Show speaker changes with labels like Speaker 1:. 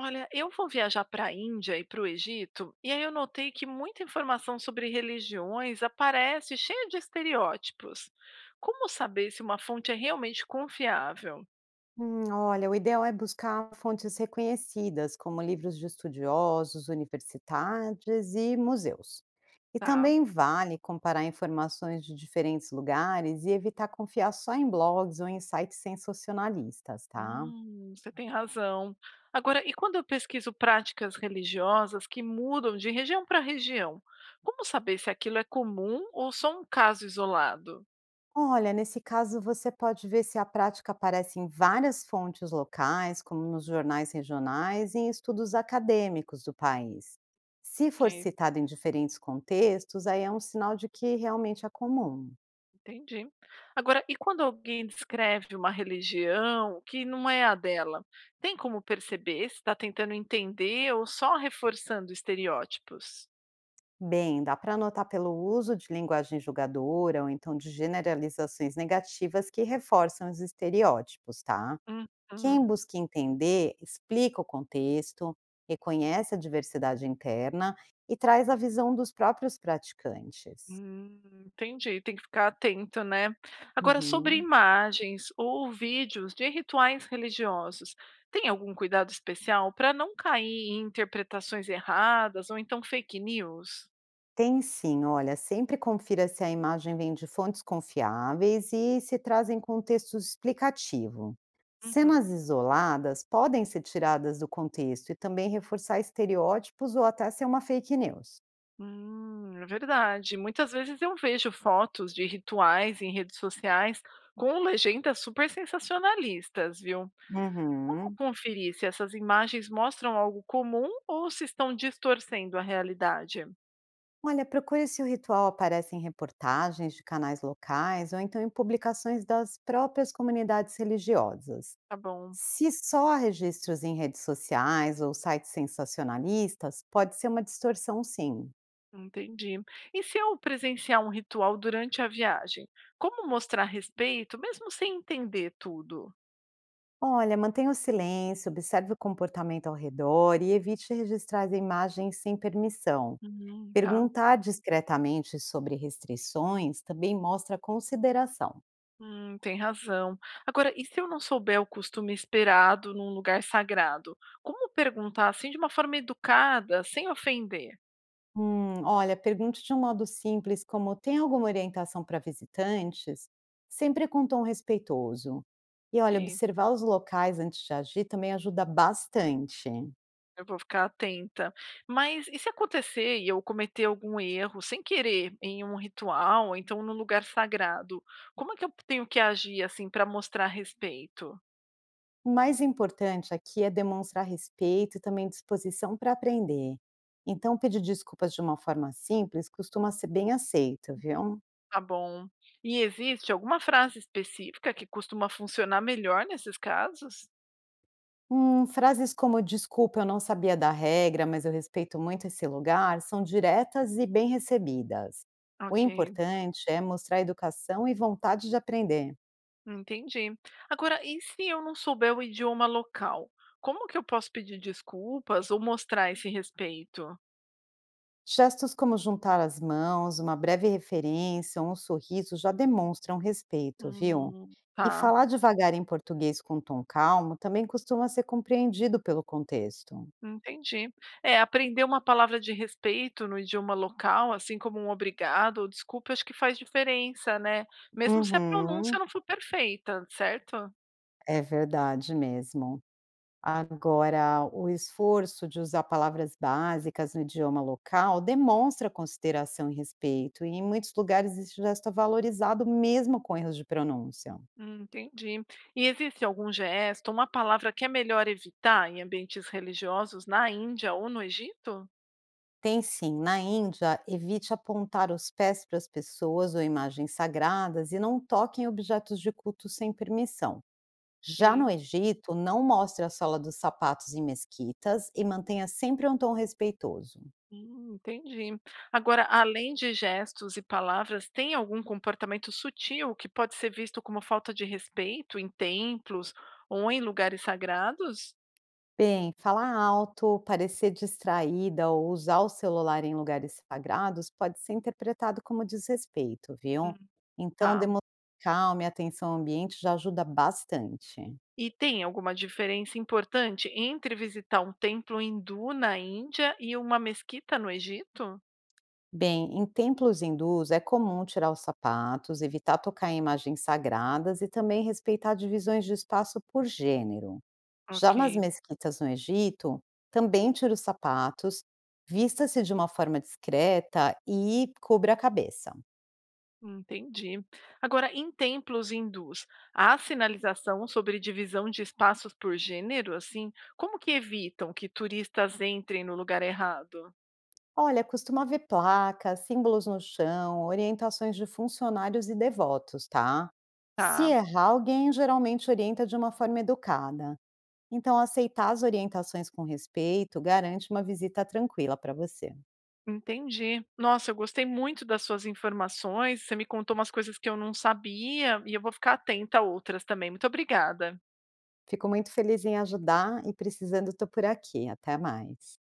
Speaker 1: Olha, eu vou viajar para a Índia e para o Egito, e aí eu notei que muita informação sobre religiões aparece cheia de estereótipos. Como saber se uma fonte é realmente confiável?
Speaker 2: Olha, o ideal é buscar fontes reconhecidas, como livros de estudiosos, universidades e museus. E
Speaker 1: Tá.
Speaker 2: também vale comparar informações de diferentes lugares e evitar confiar só em blogs ou em sites sensacionalistas, tá?
Speaker 1: Você tem razão. Agora, e quando eu pesquiso práticas religiosas que mudam de região para região? Como saber se aquilo é comum ou só um caso isolado?
Speaker 2: Olha, nesse caso você pode ver se a prática aparece em várias fontes locais, como nos jornais regionais e em estudos acadêmicos do país. Se
Speaker 1: Ok,
Speaker 2: for citado em diferentes contextos, aí é um sinal de que realmente é comum.
Speaker 1: entendi. Agora, e quando alguém descreve uma religião que não é a dela, tem como perceber se está tentando entender ou só reforçando estereótipos?
Speaker 2: Bem, dá para notar pelo uso de linguagem julgadora ou então de generalizações negativas que reforçam os estereótipos, tá?
Speaker 1: Uhum.
Speaker 2: Quem busca entender, explica o contexto, reconhece a diversidade interna e traz a visão dos próprios praticantes.
Speaker 1: Entendi, tem que ficar atento, né? Agora, sobre
Speaker 2: Uhum.
Speaker 1: imagens ou vídeos de rituais religiosos, tem algum cuidado especial para não cair em interpretações erradas ou então fake news?
Speaker 2: Tem sim, olha, sempre confira se a imagem vem de fontes confiáveis e se trazem contexto explicativo. Cenas
Speaker 1: Uhum.
Speaker 2: isoladas podem ser tiradas do contexto e também reforçar estereótipos ou até ser uma fake news.
Speaker 1: É verdade. Muitas vezes eu vejo fotos de rituais em redes sociais com legendas super sensacionalistas, viu? Como
Speaker 2: Uhum.
Speaker 1: conferir se essas imagens mostram algo comum ou se estão distorcendo a realidade?
Speaker 2: Olha, procure se o ritual aparece em reportagens de canais locais ou então em publicações das próprias comunidades religiosas.
Speaker 1: Tá bom,
Speaker 2: Se só há registros em redes sociais ou sites sensacionalistas, pode ser uma distorção, sim.
Speaker 1: entendi. E se eu presenciar um ritual durante a viagem, como mostrar respeito, mesmo sem entender tudo?
Speaker 2: Olha, mantenha o silêncio, observe o comportamento ao redor e evite registrar as imagens sem permissão.
Speaker 1: Tá.
Speaker 2: Perguntar discretamente sobre restrições também mostra consideração.
Speaker 1: Tem razão. Agora, e se eu não souber o costume esperado num lugar sagrado? Como perguntar assim de uma forma educada, sem ofender?
Speaker 2: Olha, pergunte de um modo simples, como tem alguma orientação para visitantes? Sempre com tom respeitoso. E olha,
Speaker 1: Que
Speaker 2: observar os locais antes de agir também ajuda bastante.
Speaker 1: eu vou ficar atenta. Mas e se acontecer e eu cometer algum erro sem querer em um ritual, ou então num lugar sagrado? Como é que eu tenho que agir assim para mostrar respeito?
Speaker 2: O mais importante aqui é demonstrar respeito e também disposição para aprender. Então, pedir desculpas de uma forma simples costuma ser bem aceito, viu?
Speaker 1: Tá bom. E existe alguma frase específica que costuma funcionar melhor nesses casos?
Speaker 2: Frases como desculpa, eu não sabia da regra, mas eu respeito muito esse lugar, são diretas e bem recebidas. O
Speaker 1: Ok.
Speaker 2: importante é mostrar educação e vontade de aprender.
Speaker 1: Entendi. Agora, e se eu não souber o idioma local? Como que eu posso pedir desculpas ou mostrar esse respeito?
Speaker 2: Gestos como juntar as mãos, uma breve referência ou um sorriso já demonstram respeito, viu? E
Speaker 1: Tá,
Speaker 2: falar devagar em português com tom calmo também costuma ser compreendido pelo contexto.
Speaker 1: entendi. É, aprender uma palavra de respeito no idioma local, assim como um obrigado ou desculpa, acho que faz diferença, né? Mesmo se a pronúncia
Speaker 2: Uhum,
Speaker 1: não for perfeita, certo?
Speaker 2: é verdade mesmo. Agora, o esforço de usar palavras básicas no idioma local demonstra consideração e respeito, e em muitos lugares esse gesto é valorizado mesmo com erros de pronúncia.
Speaker 1: Entendi. E existe algum gesto, uma palavra que é melhor evitar em ambientes religiosos na Índia ou no Egito?
Speaker 2: Tem sim. Na Índia, evite apontar os pés para as pessoas ou imagens sagradas e não toque em objetos de culto sem permissão. Já no Egito, não mostre a sola dos sapatos em mesquitas e mantenha sempre um tom respeitoso.
Speaker 1: Entendi. Agora, além de gestos e palavras, tem algum comportamento sutil que pode ser visto como falta de respeito em templos ou em lugares sagrados?
Speaker 2: Bem, falar alto, parecer distraída ou usar o celular em lugares sagrados pode ser interpretado como desrespeito, viu?
Speaker 1: Hum.
Speaker 2: Então,
Speaker 1: Tá.
Speaker 2: demonstrar calma e atenção ao ambiente já ajuda bastante.
Speaker 1: E tem alguma diferença importante entre visitar um templo hindu na Índia e uma mesquita no Egito?
Speaker 2: Bem, em templos hindus é comum tirar os sapatos, evitar tocar em imagens sagradas e também respeitar divisões de espaço por gênero. Já
Speaker 1: Ok.
Speaker 2: nas mesquitas no Egito, também tira os sapatos, vista-se de uma forma discreta e cubra a cabeça.
Speaker 1: Entendi. Agora, em templos hindus, há sinalização sobre divisão de espaços por gênero, assim? Como que evitam que turistas entrem no lugar errado?
Speaker 2: Olha, costuma haver placas, símbolos no chão, orientações de funcionários e devotos, tá? Se
Speaker 1: Tá,
Speaker 2: errar, alguém geralmente orienta de uma forma educada. Então, aceitar as orientações com respeito garante uma visita tranquila para você.
Speaker 1: entendi. Nossa, eu gostei muito das suas informações. Você me contou umas coisas que eu não sabia e eu vou ficar atenta a outras também. Muito obrigada.
Speaker 2: Fico muito feliz em ajudar e precisando, estou por aqui. Até mais.